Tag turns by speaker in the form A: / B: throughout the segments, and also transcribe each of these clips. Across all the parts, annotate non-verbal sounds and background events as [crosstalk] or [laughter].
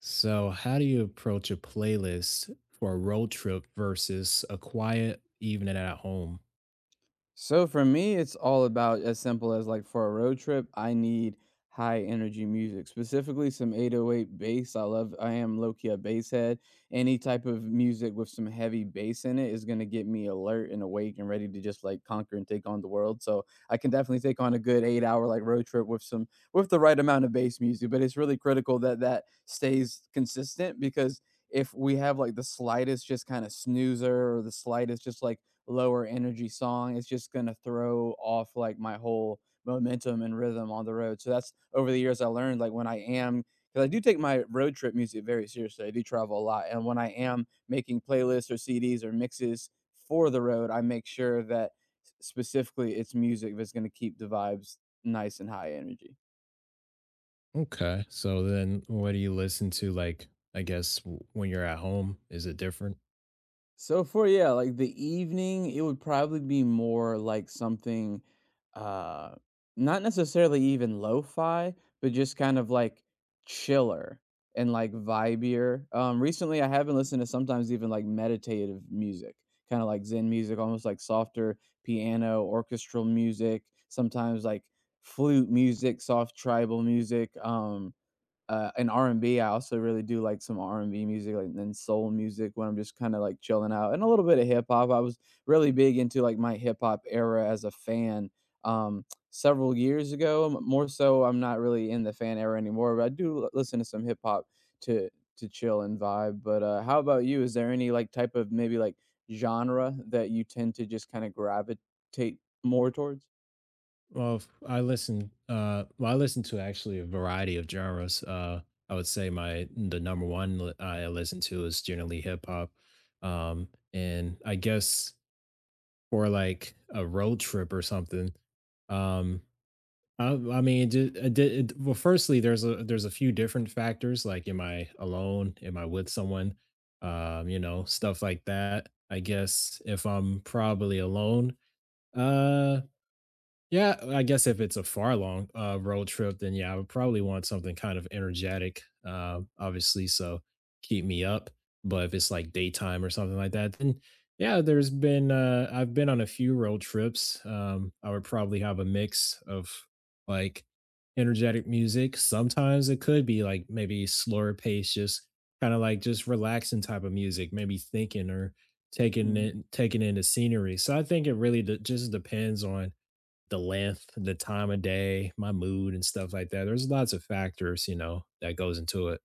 A: So, how do you approach a playlist for a road trip versus a quiet evening at home?
B: So for me, it's all about as simple as like for a road trip, I need high energy music, specifically some 808 bass. I am low key a bass head. Any type of music with some heavy bass in it is going to get me alert and awake and ready to just like conquer and take on the world. So I can definitely take on a good 8 hour like road trip with with the right amount of bass music. But it's really critical that that stays consistent because if we have like the slightest just kind of snoozer or the slightest just like, lower energy song, it's just going to throw off like my whole momentum and rhythm on the road. So that's over the years I learned like when I am because I do take my road trip music very seriously. I do travel a lot, and when I am making playlists or CDs or mixes for the road, I make sure that specifically it's music that's going to keep the vibes nice and high energy.
A: Okay. So then what do you listen to, when you're at home, is it different?
B: So for yeah, like the evening, it would probably be more like something uh not necessarily even lo-fi, but just kind of like chiller and like vibier. Recently I haven't listened to sometimes even like meditative music, kind of like zen music, almost like softer piano, orchestral music, sometimes like flute music, soft tribal music. In R and R&B, I also really do like some R&B music, like, and then soul music when I'm just kinda, like, chilling out, and a little bit of hip hop. I was really big into, like, my hip hop era as a fan, um, several years ago. M more so, I'm not really in the fan era anymore, but I do l listen to some hip hop to to chill and vibe, but, how about you? Is there any, like, type of maybe, like, genre that you tend to just kinda gravitate more towards?
A: Well, if I listen well I listen to actually a variety of genres. I would say my the number one, I listen to is generally hip hop. And I guess for like a road trip or something, um I mean, firstly, there's a few different factors, like, am I alone? Am I with someone? You know, stuff like that. I guess if I'm probably alone, uh yeah, I guess if it's a far long road trip, then yeah, I would probably want something kind of energetic, obviously, so keep me up. But if it's like daytime or something like that, then yeah, there's been, I've been on a few road trips. I would probably have a mix of like energetic music. Sometimes it could be like maybe slower pace, just kind of like just relaxing type of music, maybe thinking or
B: Mm.
A: taking in the scenery. So I think it really just depends on the length, the time of day, my mood and stuff like that. There's lots of factors, you know, that goes into it.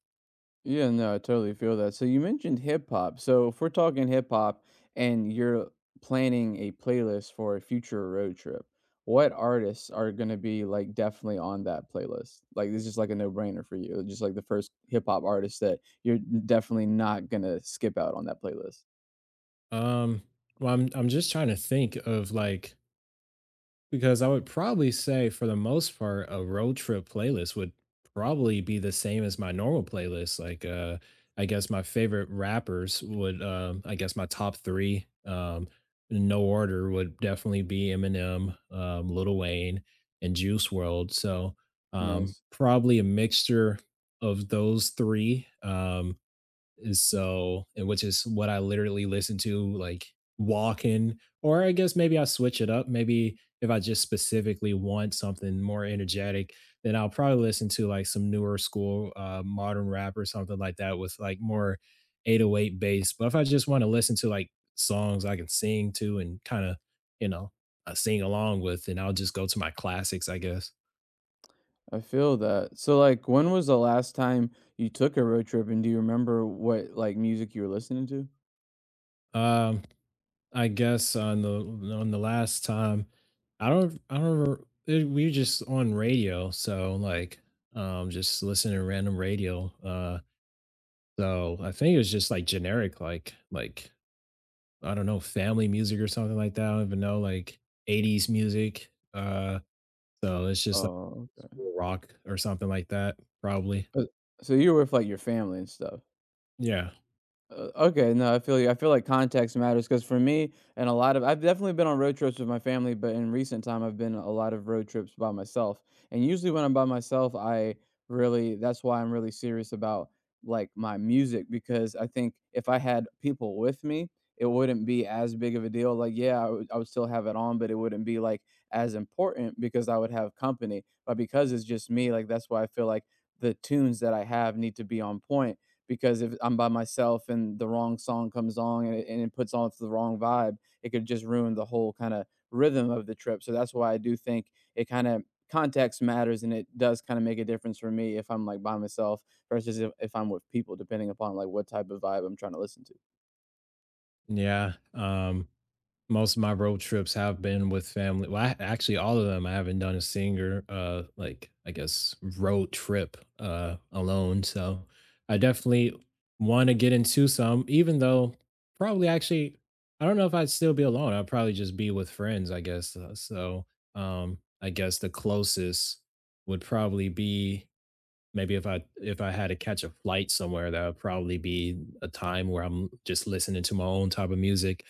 B: Yeah, no, I totally feel that. So you mentioned hip hop. So if we're talking hip hop and you're planning a playlist for a future road trip, what artists are going to be like definitely on that playlist? Like this is like a no-brainer for you. Just like the first hip hop artist that you're definitely not going to skip out on that playlist.
A: Um, well, I'm just trying to think of like, because I would probably say for the most part, a road trip playlist would probably be the same as my normal playlist. Like, I guess my favorite rappers would, I guess, my top three, in no order, would definitely be Eminem, Lil Wayne, and Juice World. So, um,
B: Nice.
A: probably a mixture of those three. And which is what I literally listen to, like, walking, or I guess maybe I switch it up. Maybe if I just specifically want something more energetic, then I'll probably listen to, like, some newer school, modern rap or something like that with, like, more 808 bass. But if I just wanna listen to, like, songs I can sing to and kinda, you know, sing along with, then I'll just go to my classics, I guess.
B: I feel that. So like when was the last time you took a road trip and do you remember what like music you were listening to?
A: Um, I guess on the last time, I don't remember it, we were just on radio, so like, just listening to random radio. So I think it was just like generic, like, I don't know, family music or something like that. I don't even know, like, 80s music. So it's just like
B: Oh, okay.
A: school rock or something like that, probably.
B: Uh, So you were with like your family and stuff.
A: Yeah.
B: Okay, no, I feel you. I feel like context matters because for me, and a lot of I've definitely been on road trips with my family, but in recent time, I've been a lot of road trips by myself. And usually, when I'm by myself, I really that's why I'm really serious about like my music because I think if I had people with me, it wouldn't be as big of a deal. Like, yeah, I would still have it on, but it wouldn't be like as important because I would have company. But because it's just me, like that's why I feel like the tunes that I have need to be on point because if I'm by myself and the wrong song comes on and it puts on the wrong vibe, it could just ruin the whole kind of rhythm of the trip. So that's why I do think it kind of context matters and it does kind of make a difference for me if I'm like by myself versus if I'm with people, depending upon like what type of vibe I'm trying to listen to.
A: Yeah. Um, most of my road trips have been with family. Well, I, actually, all of them, I haven't done a singer, like, I guess, road trip, alone. So I definitely want to get into some, even though probably actually I don't know if I'd still be alone. I'd probably just be with friends, I guess. I guess the closest would probably be maybe if I had to catch a flight somewhere, that would probably be a time where I'm just listening to my own type of music.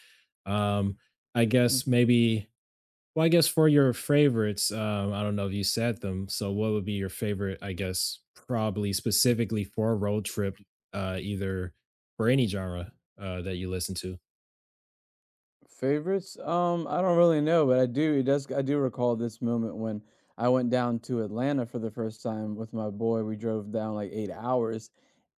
A: Um, I guess
B: Mhm.
A: maybe, I guess for your favorites, I don't know if you said them. So what would be your favorite, I guess, probably specifically for a road trip, either for any genre that you listen to?
B: Favorites? I don't really know, but I do. It does. I do recall this moment when I went down to Atlanta for the first time with my boy. We drove down like 8 hours,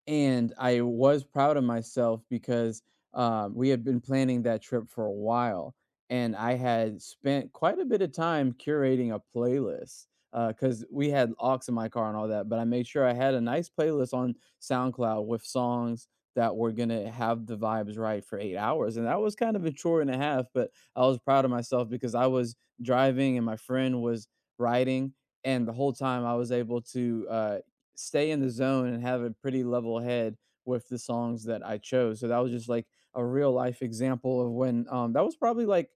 B: and I was proud of myself because we had been planning that trip for a while, and I had spent quite a bit of time curating a playlist, because we had aux in my car and all that, but I made sure I had a nice playlist on SoundCloud with songs that were gonna have the vibes right for 8 hours, and that was kind of a chore and a half, but I was proud of myself because I was driving and my friend was riding, and the whole time I was able to, stay in the zone and have a pretty level head with the songs that I chose. So that was just like a real life example of when that was probably like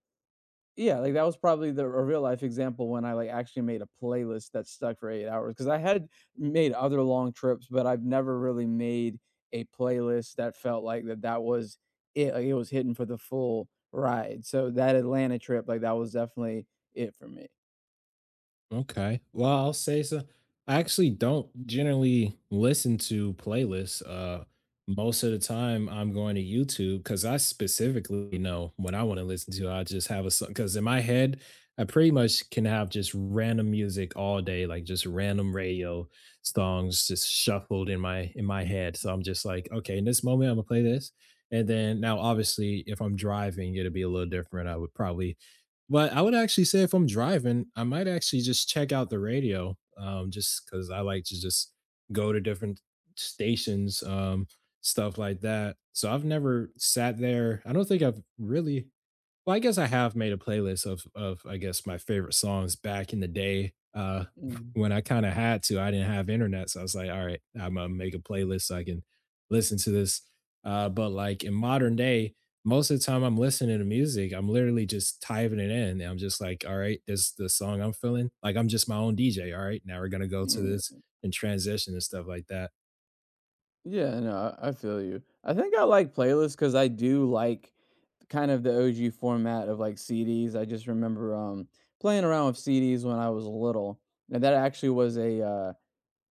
B: yeah, like that was probably the a real life example when I like actually made a playlist that stuck for 8 hours cuz I had made other long trips, but I've never really made a playlist that felt like that that was it like it was hitting for the full ride. So that Atlanta trip like that was definitely it for me.
A: Okay. Well, I'll say so. I actually don't generally listen to playlists. Most of the time, I'm going to YouTube because I specifically know what I want to listen to. I just have a song because in my head, I pretty much can have just random music all day, like just random radio songs just shuffled in my head. So I'm just like, okay, in this moment, I'm gonna play this. And then now, obviously, if I'm driving, it'll be a little different. I would probably, but I would actually say if I'm driving, I might actually just check out the radio, just because I like to just go to different stations, stuff like that. So I've never sat there. I don't think I've really, well, I guess I have made a playlist of I guess, my favorite songs back in the day, [laughs]
B: Mhm.
A: when I kinda had to. I didn't have internet, so I was like, "Alright, Imma make a playlist so I can listen to this." But, like, in modern day, most of the time I'm listening to music, I'm literally just typing it in, and I'm just like, "Alright, this is the song I'm feeling." Like, I'm just my own DJ, "Alright, now we're gonna go to
B: Mm,
A: this,"
B: yeah.
A: and transition and stuff like that.
B: Yeah, no, I feel you. I think I like playlists because I do like kind of the OG format of like CDs. I just remember playing around with CDs when I was little, and that actually was a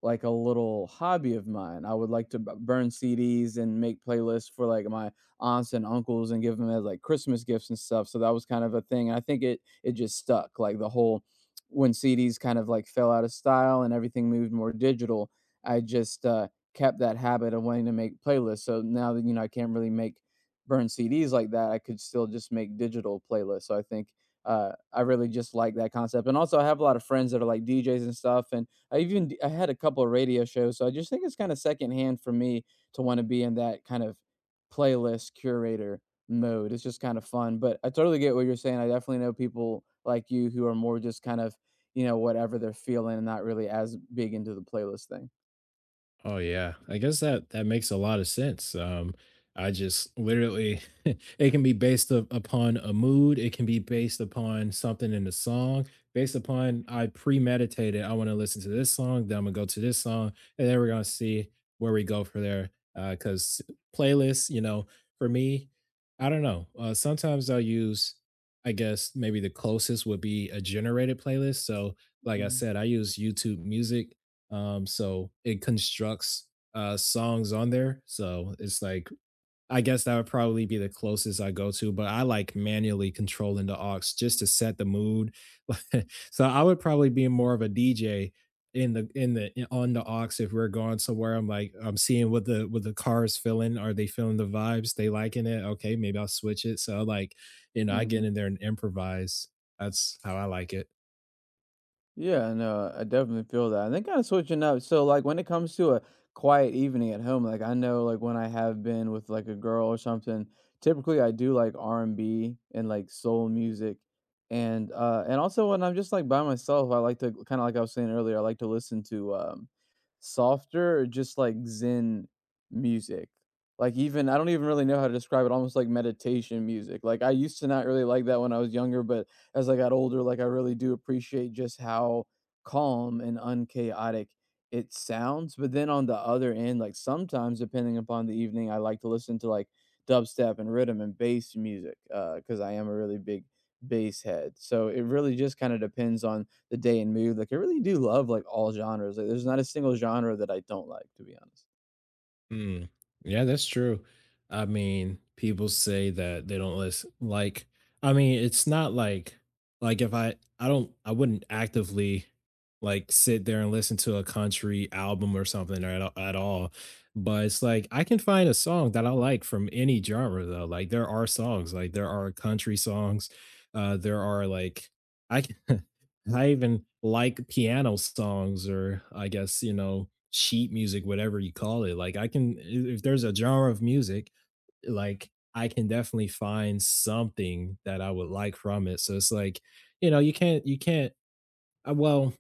B: like a little hobby of mine. I would like to burn CDs and make playlists for like my aunts and uncles and give them as like Christmas gifts and stuff. So that was kind of a thing. And I think it just stuck like the whole when CDs kind of like fell out of style and everything moved more digital. I just kept that habit of wanting to make playlists. So now that you know I can't really make burn CDs like that, I could still just make digital playlists. So I think I really just like that concept. And also, I have a lot of friends that are like DJs and stuff, and I even d I had a couple of radio shows, so I just think it's kinda secondhand for me to wanna be in that kind of playlist curator mode. It's just kinda fun, but I totally get what you're saying. I definitely know people like you who are more just kind of, you know, whatever they're feeling and not really as big into the playlist thing.
A: Oh yeah, I guess that makes a lot of sense. I just literally, [laughs] it can be based up upon a mood. It can be based upon something in the song. Based upon I premeditated. I want to listen to this song. Then I'm gonna go to this song, and then we're gonna see where we go for there. Because playlists, you know, for me, I don't know. Sometimes I'll use. I guess maybe the closest would be a generated playlist. So, like I
B: Mhm,
A: said, I use YouTube Music, so it constructs songs on there. So it's like, I guess that would probably be the closest I go to, but I like manually controlling the aux just to set the mood. [laughs] So I would probably be more of a DJ on the aux if we're going somewhere. I'm like, I'm seeing what the car is feeling. Are they feeling the vibes? They liking it? Okay, maybe I'll switch it. So like, you know, I get
B: mhm.
A: in there and improvise. That's how I like it.
B: Yeah, no, I definitely feel that. And then kind of switching up. So, like, when it comes to a quiet evening at home, like I know, like when I have been with like a girl or something, typically I do like R and B and like soul music, and also when I'm just like by myself, I like to kind of like I was saying earlier, I like to listen to softer or just like Zen music. Like even I don't even really know how to describe it. Almost like meditation music. Like I used to not really like that when I was younger, but as I got older, like I really do appreciate just how calm and unchaotic it sounds. But then on the other end, like sometimes depending upon the evening, I like to listen to like dubstep and rhythm and bass music because I am a really big bass head. So it really just kind of depends on the day and mood. Like I really do love like all genres. Like there's not a single genre that I don't like, to be honest.
A: Mm. Yeah, that's true. I mean, people say that they don't listen. Like, I mean, it's not like if I don't, I wouldn't actively like sit there and listen to a country album or something at, at all. But it's like I can find a song that I like from any genre though. Like there are songs, like there are country songs, there are like, I can, [laughs] I even like piano songs or I guess, you know, sheet music, whatever you call it. Like I can, if there's a genre of music, like I can definitely find something that I would like from it. So it's like, you know, you can't well,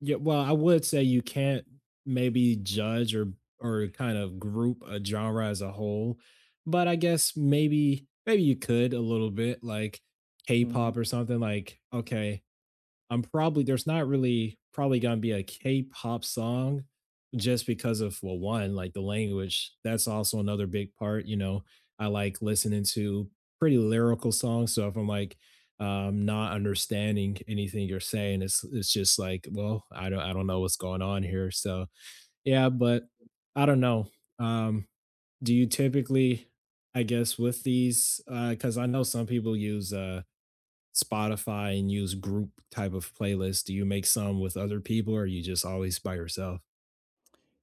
A: yeah, well, I would say you can't maybe judge or kind of group a genre as a whole, but I guess maybe you could a little bit, like,
B: Mhm.
A: K-pop or something. Like, okay, I'm probably there's not really probably gonna be a K-pop song just because of, well, one, like the language. That's also another big part. You know, I like listening to pretty lyrical songs. So if I'm like, not understanding anything you're saying, it's just like, well, I don't, I don't know what's going on here. So yeah, but I don't know. Um, do you typically, I guess with these, because I know some people use Spotify and use group type of playlists? Do you make some with other people, or are you just always by yourself?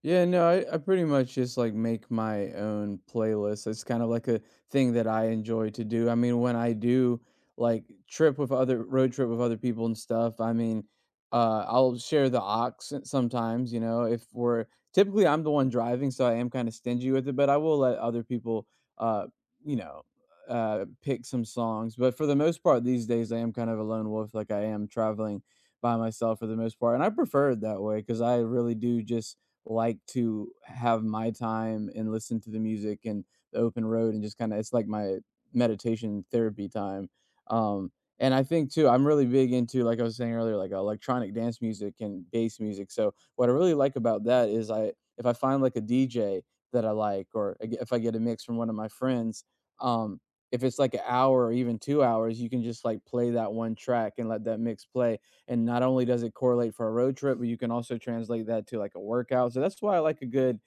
B: Yeah, no, I pretty much just like make my own playlist. It's kind of like a thing that I enjoy to do. I mean, when I do like trip with other road trip with other people and stuff, I mean, I'll share the aux sometimes, you know, if we're typically I'm the one driving, so I am kind of stingy with it, but I will let other people, uh, you know, pick some songs. But for the most part, these days, I am kind of a lone wolf, like I am traveling by myself for the most part. And I prefer it that way because I really do just like to have my time and listen to the music and the open road and just kind of it's like my meditation therapy time. Um, and I think too, I'm really big into like I was saying earlier, like electronic dance music and bass music. So what I really like about that is I if I find like a DJ that I like, or if I get a mix from one of my friends, um, if it's like an hour or even 2 hours, you can just like play that one track and let that mix play. And not only does it correlate for a road trip, but you can also translate that to like a workout. So that's why I like a good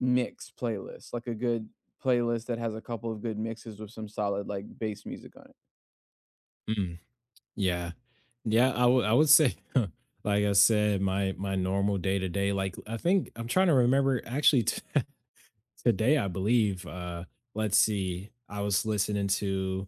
B: mix playlist, like a good playlist that has a couple of good mixes with some solid like bass music on it.
A: Mm, yeah. Yeah, I would say [laughs] like I said, my normal day to day, like, I think I'm trying to remember [laughs] today, I believe. Let's see. I was listening to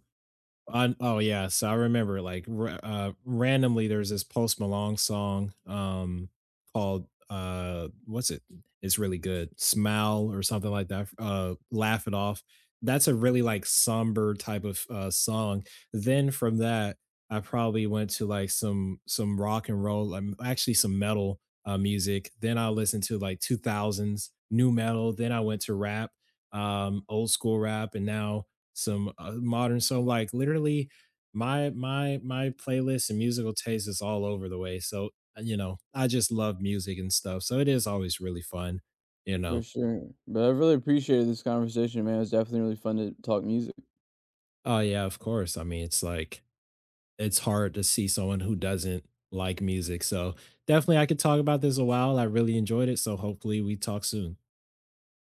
A: on, oh yeah, so I remember, like, ra randomly, there's this Post Malone song, called, what's it? It's really good, "Smile" or something like that, "Laugh It Off." That's a really, like, somber type of, song. Then from that, I probably went to, like, some rock and roll, actually some metal, music. Then I listened to, like, 2000s new metal. Then I went to rap, old school rap, and now some, modern. So like literally my playlist and musical taste is all over the way. So, you know, I just love music and stuff, so it is always really fun, you
B: For
A: know.
B: sure. But I really appreciated this conversation, man. It was definitely really fun to talk music.
A: Oh yeah, of course. I mean, it's like, it's hard to see someone who doesn't like music. So definitely, I could talk about this a while. I really enjoyed it, so hopefully we talk soon.